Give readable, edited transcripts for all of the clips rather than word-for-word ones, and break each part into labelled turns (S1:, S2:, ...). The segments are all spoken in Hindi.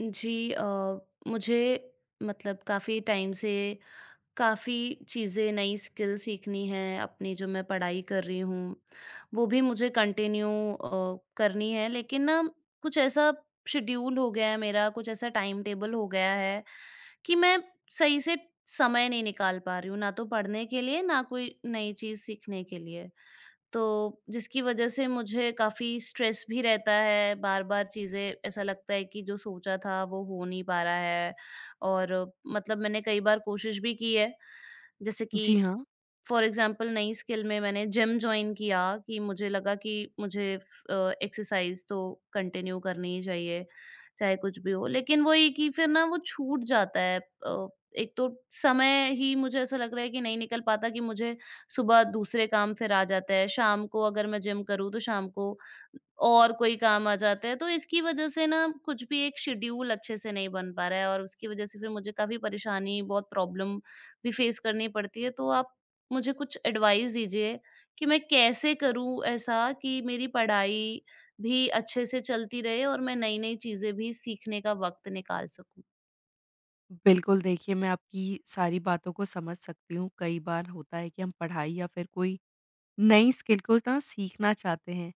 S1: जी, मुझे मतलब काफ़ी टाइम से काफ़ी चीज़ें नई स्किल सीखनी है अपनी, जो मैं पढ़ाई कर रही हूँ, वो भी मुझे कंटिन्यू करनी है, लेकिन ना कुछ ऐसा शेड्यूल हो गया है मेरा, कुछ ऐसा टाइम टेबल हो गया है कि मैं सही से समय नहीं निकाल पा रही हूँ, ना तो पढ़ने के लिए, ना कोई नई चीज़ सीखने के लिए। तो जिसकी वजह से मुझे काफ़ी स्ट्रेस भी रहता है, बार-बार चीज़ें ऐसा लगता है कि जो सोचा था वो हो नहीं पा रहा है, और मतलब मैंने कई बार कोशिश भी की है, जैसे कि
S2: जी हाँ,
S1: फॉर एग्ज़ाम्पल नई स्किल में मैंने जिम जॉइन किया, कि मुझे लगा कि मुझे एक्सरसाइज़ तो कंटिन्यू करनी ही चाहिए, चाहे कुछ भी हो। लेकिन वही कि फिर ना वो छूट जाता है। अ, एक तो समय ही मुझे ऐसा लग रहा है कि नहीं निकल पाता, कि मुझे सुबह दूसरे काम फिर आ जाता है, शाम को अगर मैं जिम करूँ तो शाम को और कोई काम आ जाता है, तो इसकी वजह से ना कुछ भी एक शेड्यूल अच्छे से नहीं बन पा रहा है, और उसकी वजह से फिर मुझे काफ़ी परेशानी, बहुत प्रॉब्लम भी फेस करनी पड़ती है। तो आप मुझे कुछ एडवाइस दीजिए कि मैं कैसे करूँ ऐसा कि मेरी पढ़ाई भी अच्छे से चलती रहे और मैं नई-नई चीज़ें भी सीखने का वक़्त निकाल सकूँ?
S2: बिल्कुल देखिए मैं आपकी सारी बातों को समझ सकती हूँ। कई बार होता है कि हम पढ़ाई या फिर कोई नई स्किल को ना सीखना चाहते हैं,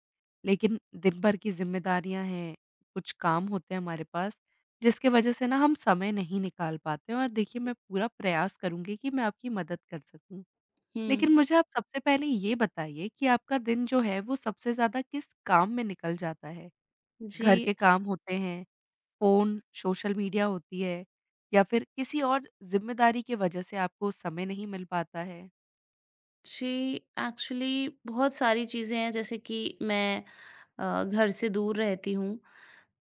S2: लेकिन दिन भर की ज़िम्मेदारियाँ हैं, कुछ काम होते हैं हमारे पास, जिसकी वज़ह से ना हम समय नहीं निकाल पाते हैं और देखिए मैं पूरा प्रयास करूँगी कि मैं आपकी मदद कर सकूँ। लेकिन
S1: हुँ।
S2: मुझे आप सबसे पहले ये बताइए कि आपका दिन जो है वो सबसे ज़्यादा किस काम में निकल जाता है? घर
S1: जी,
S2: के काम होते हैं? फ़ोन, सोशल मीडिया होती है या फिर किसी और ज़िम्मेदारी की वजह से आपको समय नहीं मिल पाता है?
S1: जी, एक्चुअली बहुत सारी चीज़ें हैं, जैसे कि मैं घर से दूर रहती हूँ,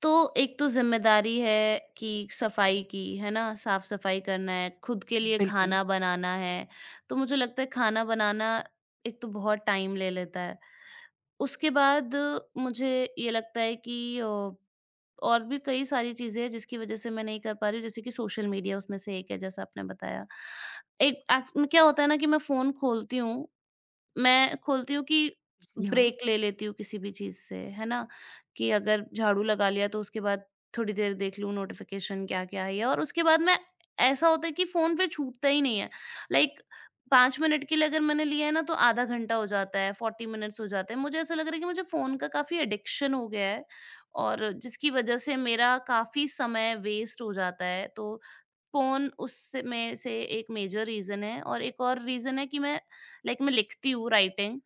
S1: तो एक तो ज़िम्मेदारी है कि सफाई की, है ना? साफ-सफाई करना है, खुद के लिए
S2: बिल्कुल।
S1: खाना बनाना है। तो मुझे लगता है खाना बनाना एक तो बहुत टाइम ले लेता है। उसके बाद मुझे ये लगता है कि और भी कई सारी चीज़ें हैं जिसकी वज़ह से मैं नहीं कर पा रही हूँ, जैसे कि सोशल मीडिया उसमें से एक है, जैसा आपने बताया। एक एक्च में क्या होता है ना कि मैं फ़ोन खोलती हूँ, मैं खोलती हूँ कि
S2: जी हाँ।
S1: ब्रेक ले लेती हूँ किसी भी चीज़ से, है ना? कि अगर झाड़ू लगा लिया तो उसके बाद थोड़ी देर देख लूँ नोटिफ़िकेशन क्या-क्या है, और उसके बाद मैं, ऐसा होता है कि फ़ोन फिर छूटता ही नहीं है। लाइक 5 मिनट के लिए अगर मैंने लिया है ना, तो आधा घंटा हो जाता है, 40 मिनट्स हो जाते हैं। मुझे ऐसा लग रहा है कि मुझे फ़ोन का काफ़ी एडिक्शन हो गया है, और जिसकी वज़ह से मेरा काफ़ी समय वेस्ट हो जाता है। तो फ़ोन उससे में से एक मेजर रीज़न है, और एक और रीज़न है कि मैं, लाइक, मैं लिखती हूँ राइटिंग,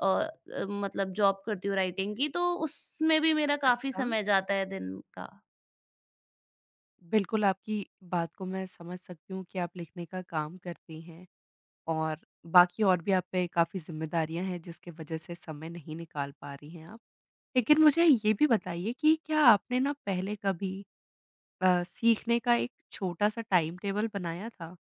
S1: मतलब जॉब करती हूँ राइटिंग की, तो उसमें भी मेरा काफ़ी
S2: अच्छा।
S1: समय जाता है दिन का।
S2: बिल्कुल, आपकी बात को मैं समझ सकती हूँ कि आप लिखने का काम करती हैं और बाकी और भी आप पे काफ़ी ज़िम्मेदारियाँ हैं जिसकी वजह से समय नहीं निकाल पा रही हैं आप। लेकिन मुझे ये भी बताइए कि क्या आपने ना पहले कभी सीखने का एक छोटा-सा टाइम टेबल बनाया था?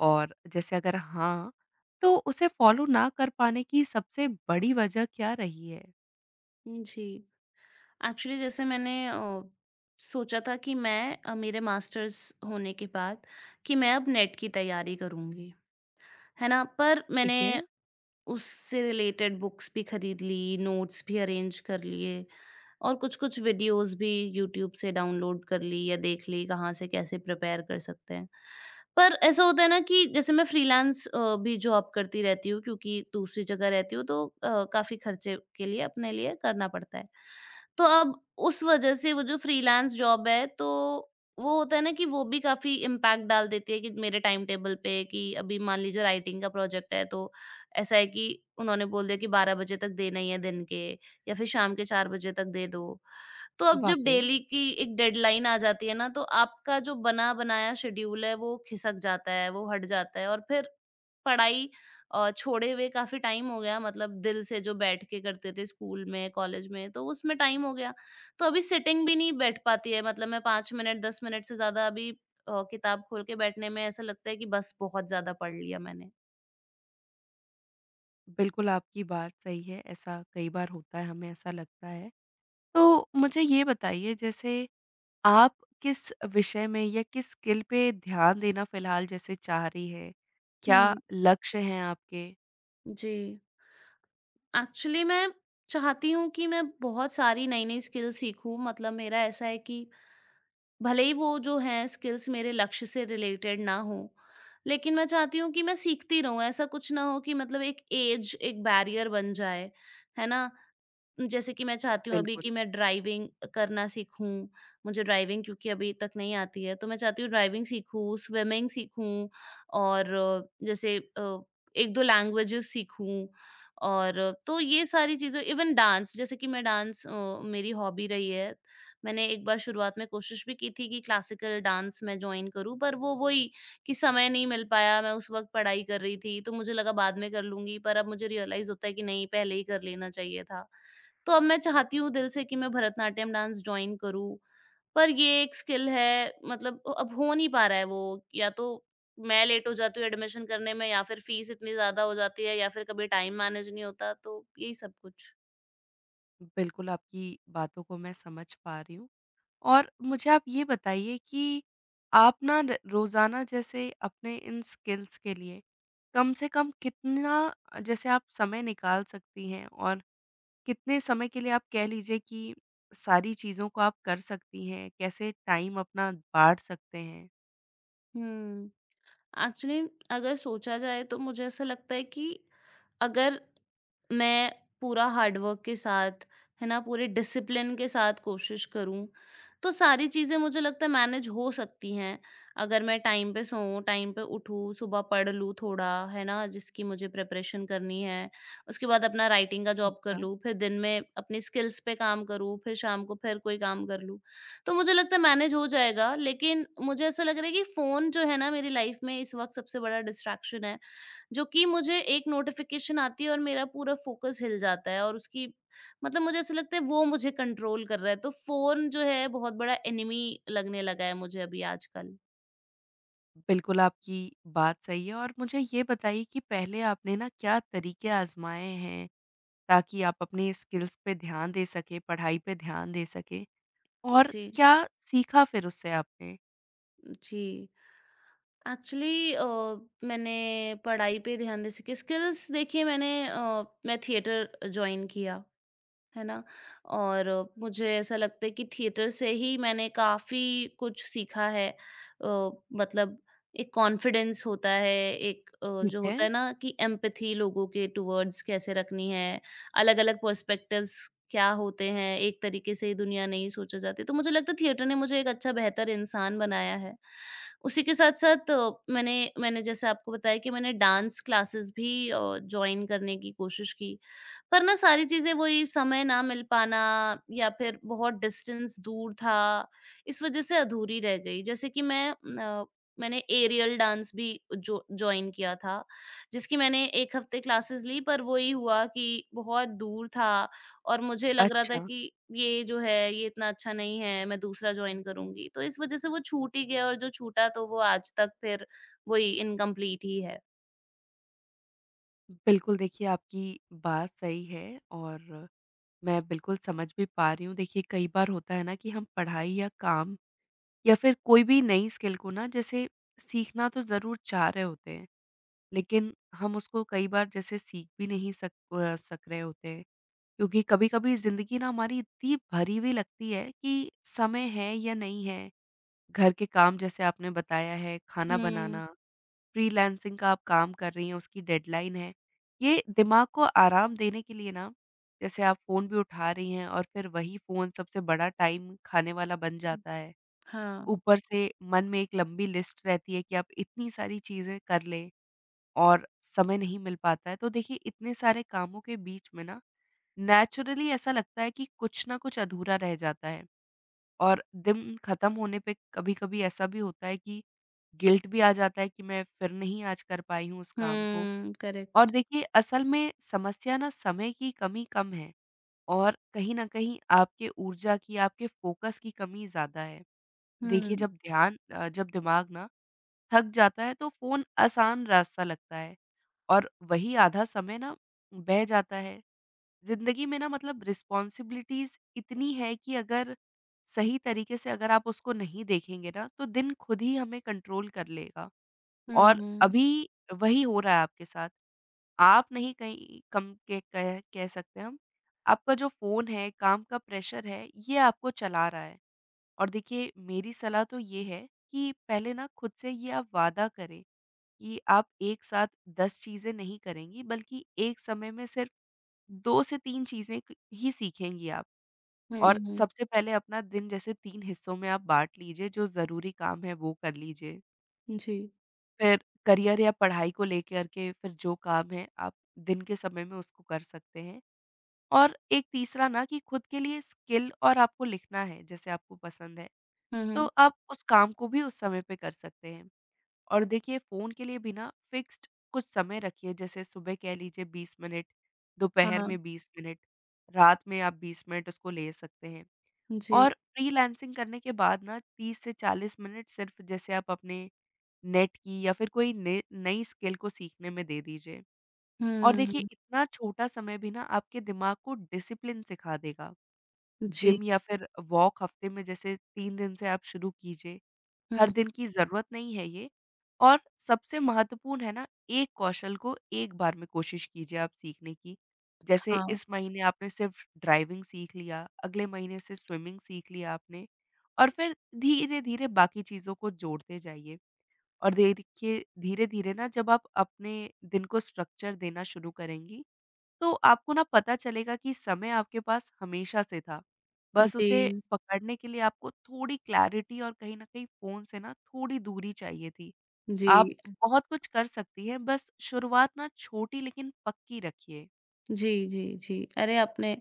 S2: और जैसे अगर हाँ, तो उसे फ़ॉलो ना कर पाने की सबसे बड़ी वजह क्या रही है?
S1: जी, एक्चुअली, जैसे मैंने सोचा था कि मैं, मेरे मास्टर्स होने के बाद कि मैं अब नेट की तैयारी करूँगी, है ना? पर मैंने
S2: ठीक है।
S1: उससे रिलेटेड बुक्स भी खरीद ली, नोट्स भी अरेंज कर लिए, और कुछ-कुछ वीडियोज़ भी यूट्यूब से डाउनलोड कर ली या देख ली कहाँ से कैसे प्रिपेयर कर सकते हैं। पर ऐसा होता है ना कि जैसे मैं फ्रीलांस भी जॉब करती रहती हूँ, क्योंकि दूसरी जगह रहती हूँ तो काफ़ी खर्चे के लिए अपने लिए करना पड़ता है। तो अब उस वजह से वो जो फ्रीलांस जॉब है, तो वो होता है ना कि वो भी काफ़ी इम्पैक्ट डाल देती है, कि मेरे टाइम टेबल पे, कि अभी मान लीजिए राइटिंग का प्रोजेक्ट है, तो ऐसा है कि उन्होंने बोल दिया कि 12 बजे तक देना ही है दिन के, या फिर शाम के 4 बजे तक दे दो। तो अब जब
S2: वाक़ई,
S1: डेली की एक डेडलाइन आ जाती है ना, तो आपका जो बना-बनाया शेड्यूल है वो खिसक जाता है, वो हट जाता है, और फिर पढ़ाई छोड़े हुए काफ़ी टाइम हो गया, मतलब दिल से जो बैठ के करते थे स्कूल में, कॉलेज में, तो उसमें टाइम हो गया। तो अभी सिटिंग भी नहीं बैठ पाती है, मतलब मैं 5 मिनट 10 मिनट से ज़्यादा अभी किताब खोल के बैठने में ऐसा लगता है कि बस बहुत ज़्यादा पढ़ लिया मैंने।
S2: बिल्कुल आपकी बात सही है, ऐसा कई बार होता है, हमें ऐसा लगता है। तो मुझे ये बताइए जैसे आप किस विषय में या किस स्किल पे ध्यान देना फ़िलहाल जैसे चाह रही हैं? क्या
S1: हुँ,
S2: लक्ष्य हैं आपके?
S1: जी। एक्चुअली मैं चाहती हूँ कि मैं बहुत सारी नई-नई स्किल सीखूँ, मतलब मेरा ऐसा है कि भले ही वो जो हैं स्किल्स मेरे लक्ष्य से रिलेटेड ना हों, लेकिन मैं चाहती हूँ कि मैं सीखती रहूँ। ऐसा कुछ ना हो कि मतलब एक ऐज, एक बैरियर बन जाए, है ना? जैसे कि मैं चाहती हूँ अभी कि
S2: बिल्कुल,
S1: मैं ड्राइविंग करना सीखूँ, मुझे ड्राइविंग क्योंकि अभी तक नहीं आती है, तो मैं चाहती हूँ ड्राइविंग सीखूँ, स्विमिंग सीखूँ, और जैसे 1-2 लैंग्वेजेज़ सीखूँ, और तो ये सारी चीज़ें इवन डांस, जैसे कि मैं डांस, मेरी हॉबी रही है। मैंने एक बार शुरुआत में कोशिश भी की थी कि क्लासिकल डांस मैं जॉइन करूँ, पर वो वही कि समय नहीं मिल पाया, मैं उस वक़्त पढ़ाई कर रही थी, तो मुझे लगा बाद में कर लूँगी, पर अब मुझे रियलाइज़ होता है कि नहीं, पहले ही कर लेना चाहिए था। तो अब मैं चाहती हूँ दिल से कि मैं भरतनाट्यम डांस जॉइन करूँ, पर ये एक स्किल है, मतलब अब हो नहीं पा रहा है वो, या तो मैं लेट हो जाती हूँ एडमिशन करने में, या फिर फीस इतनी ज़्यादा हो जाती है, या फिर कभी टाइम मैनेज नहीं होता, तो यही सब कुछ।
S2: बिल्कुल आपकी बातों को मैं समझ पा रही हूँ। और मुझे आप ये बताइए कि आप ना र रोज़ाना जैसे अपने इन स्किल्स के लिए कम से कम कितना जैसे आप समय निकाल सकती हैं और कितने समय के लिए आप कह लीजिए कि सारी चीज़ों को आप कर सकती हैं? कैसे टाइम अपना बाँट सकते हैं?
S1: हुँ। एक्चुअली अगर सोचा जाए, तो मुझे ऐसा लगता है कि अगर मैं पूरा हार्डवर्क के साथ, है ना, पूरे डिसिप्लिन के साथ कोशिश करूं, तो सारी चीज़ें मुझे लगता है मैनेज हो सकती हैं। अगर मैं टाइम पे सोऊं, टाइम पे उठूं, सुबह पढ़ लूं थोड़ा, है ना, जिसकी मुझे प्रिपरेशन करनी है, उसके बाद अपना राइटिंग का जॉब कर
S2: अच्छा।
S1: लूं, फिर दिन में अपनी स्किल्स पे काम करूं, फिर शाम को फिर कोई काम कर लूं, तो मुझे लगता है मैनेज हो जाएगा। लेकिन मुझे ऐसा लग रहा है कि फ़ोन जो है ना, मेरी लाइफ़ में इस वक़्त सबसे बड़ा डिस्ट्रैक्शन है, जो कि मुझे एक नोटिफ़िकेशन आती है और मेरा पूरा फ़ोकस हिल जाता है, और उसकी, मतलब मुझे ऐसा लगता है वो मुझे कंट्रोल कर रहा है, तो फ़ोन जो है बहुत बड़ा एनिमी लगने लगा है मुझे अभी आजकल।
S2: बिल्कुल, आपकी बात सही है और मुझे ये बताइए कि पहले आपने ना क्या तरीके आज़माए हैं ताकि आप अपने स्किल्स पे ध्यान दे सकें, पढ़ाई पे ध्यान दे सकें? और
S1: जी,
S2: क्या सीखा फिर उससे आपने?
S1: जी। एक्चुअली मैंने पढ़ाई पे ध्यान दे सके स्किल्स, देखिए मैं थिएटर जॉइन किया। है ना? और मुझे ऐसा लगता है कि थिएटर से ही मैंने काफ़ी कुछ सीखा है। मतलब एक कॉन्फिडेंस होता है, एक
S2: ठीक
S1: जो
S2: है।
S1: होता है ना कि एम्पैथी लोगों के टुवर्ड्स कैसे रखनी है, अलग-अलग पर्सपेक्टिव्स क्या होते हैं, एक तरीके से ये दुनिया नहीं सोचा जाती। तो मुझे लगता है थिएटर ने मुझे एक अच्छा बेहतर इंसान बनाया है। उसी के साथ-साथ मैंने मैंने जैसे आपको बताया कि मैंने डांस क्लासेस भी जॉइन करने की कोशिश की। पर ना सारी चीज़ें, वही समय ना मिल पाना, या फिर बहुत डिस्टेंस दूर था, इस वज़ह से अधूरी रह गई। जैसे कि मैंने एरियल डांस भी जो जॉइन किया था, जिसकी मैंने 1 हफ़्ते क्लासेस ली, पर वही हुआ कि बहुत दूर था, और मुझे लग रहा था
S2: अच्छा,
S1: कि ये जो है ये इतना अच्छा नहीं है, मैं दूसरा जॉइन करूँगी। तो इस वज़ह से वो छूट ही गया, और जो छूटा तो वो आज तक फिर वही इनकम्प्लीट ही है।
S2: बिल्कुल देखिए आपकी बात सही है और मैं बिल्कुल समझ भी पा रही हूँ। देखिए कई बार होता है ना कि हम पढ़ाई या काम या फिर कोई भी नई स्किल को ना जैसे सीखना तो ज़रूर चाह रहे होते हैं, लेकिन हम उसको कई बार जैसे सीख भी नहीं सक रहे होते हैं। क्योंकि कभी-कभी ज़िंदगी ना हमारी इतनी भरी हुई लगती है कि समय है या नहीं है, घर के काम जैसे आपने बताया है, खाना
S1: हुँ।
S2: बनाना, फ्रीलांसिंग का आप काम कर रही हैं, उसकी डेडलाइन है। ये दिमाग को आराम देने के लिए ना, जैसे आप फ़ोन भी उठा रही हैं और फिर वही फ़ोन सबसे बड़ा टाइम खाने वाला बन जाता है।
S1: हाँ।
S2: ऊपर से मन में एक लंबी लिस्ट रहती है कि आप इतनी सारी चीज़ें कर लें और समय नहीं मिल पाता है। तो देखिए इतने सारे कामों के बीच में ना, नेचुरली ऐसा लगता है कि कुछ ना कुछ अधूरा रह जाता है। और दिन खत्म होने पे कभी-कभी ऐसा भी होता है कि गिल्ट भी आ जाता है कि मैं फिर नहीं आज कर पाई हूँ उस काम को।
S1: हुँ,
S2: और
S1: करेक्ट।
S2: देखिए असल में समस्या ना समय की कमी कम है और कहीं न कहीं आपके ऊर्जा की, आपके फोकस की कमी ज़्यादा है। देखिए
S1: हुँ।
S2: जब दिमाग ना थक जाता है तो फ़ोन आसान रास्ता लगता है और वही आधा समय ना बह जाता है। ज़िंदगी में ना मतलब रिस्पॉन्सिबिलिटीज़ इतनी है कि अगर सही तरीके से अगर आप उसको नहीं देखेंगे ना, तो दिन खुद ही हमें कंट्रोल कर लेगा।
S1: हुँ,
S2: और
S1: हुँ।
S2: अभी वही हो रहा है आपके साथ। आप नहीं कहीं कम के कह कह सकते हम। आपका जो फ़ोन है, काम का प्रेशर है, ये आपको चला रहा है। और देखिए, मेरी सलाह तो ये है कि पहले ना खुद से ये आप वादा करें कि आप एक साथ 10 चीज़ें नहीं करेंगी, बल्कि एक समय में सिर्फ़ 2 से 3 चीज़ें क ही सीखेंगी आप।
S1: हुँ,
S2: और
S1: हुँ।
S2: सबसे पहले अपना दिन जैसे 3 हिस्सों में आप बाँट लीजिए, जो ज़रूरी काम है वो कर लीजिए।
S1: जी।
S2: फिर करियर या पढ़ाई को लेकर के फिर जो काम है आप दिन के समय में उसको कर सकते हैं। और एक तीसरा ना कि खुद के लिए स्किल, और आपको लिखना है, जैसे आपको पसंद है,
S1: हुँ,
S2: तो
S1: हुँ।
S2: आप उस काम को भी उस समय पे कर सकते हैं। और देखिए फ़ोन के लिए भी ना फिक्स्ड कुछ समय रखिए, जैसे सुबह कह लीजिए 20 मिनट, दोपहर
S1: हाँ।
S2: में 20 मिनट, रात में आप 20 मिनट उसको ले सकते हैं।
S1: जी।
S2: और फ्रीलांसिंग करने के बाद ना 30 से 40 मिनट सिर्फ़ जैसे आप अपने नेट की या फिर कोई ने नई स्किल को सीखने में दे दीजिए। और देखिए
S1: हुँ।
S2: इतना छोटा समय भी ना आपके दिमाग को डिसिप्लिन सिखा देगा।
S1: जी।
S2: जिम या फिर वॉक हफ़्ते में जैसे 3 दिन से आप शुरू कीजिए। हर
S1: हुँ।
S2: दिन की ज़रूरत नहीं है ये। और सबसे महत्वपूर्ण है ना, एक कौशल को एक बार में कोशिश कीजिए आप सीखने की। जैसे
S1: हाँ।
S2: इस महीने आपने सिर्फ़ ड्राइविंग सीख लिया, अगले महीने से स्विमिंग सीख लिया आपने, और फिर धीरे-धीरे बाकी चीज़ों को जोड़ते जाइए। और देखिए धीरे-धीरे ना जब आप अपने दिन को स्ट्रक्चर देना शुरू करेंगी तो आपको ना पता चलेगा कि समय आपके पास हमेशा से था। बस उसे
S1: जी।
S2: पकड़ने के लिए आपको थोड़ी क्लैरिटी और कहीं न कहीं फ़ोन से ना थोड़ी दूरी चाहिए थी।
S1: जी।
S2: आप बहुत कुछ कर सकती हैं, बस शुरुआत ना छोटी लेकिन पक्की रखिए।
S1: जी, जी, जी। अरे, आपने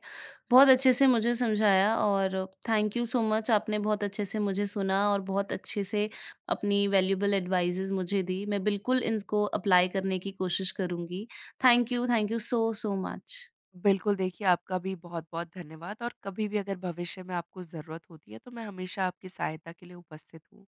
S1: बहुत अच्छे से मुझे समझाया, और थैंक यू सो मच, आपने बहुत अच्छे से मुझे सुना और बहुत अच्छे से अपनी वैल्यूएबल एडवाइसेज़ मुझे दी। मैं बिल्कुल इनको अप्लाई करने की कोशिश करूँगी। Thank you so much.
S2: बिल्कुल, देखिए आपका भी बहुत-बहुत धन्यवाद और कभी भी अगर भविष्य में आपको ज़रूरत होती है, तो मैं हमेशा आपकी सहायता के लिए उपस्थित हूँ।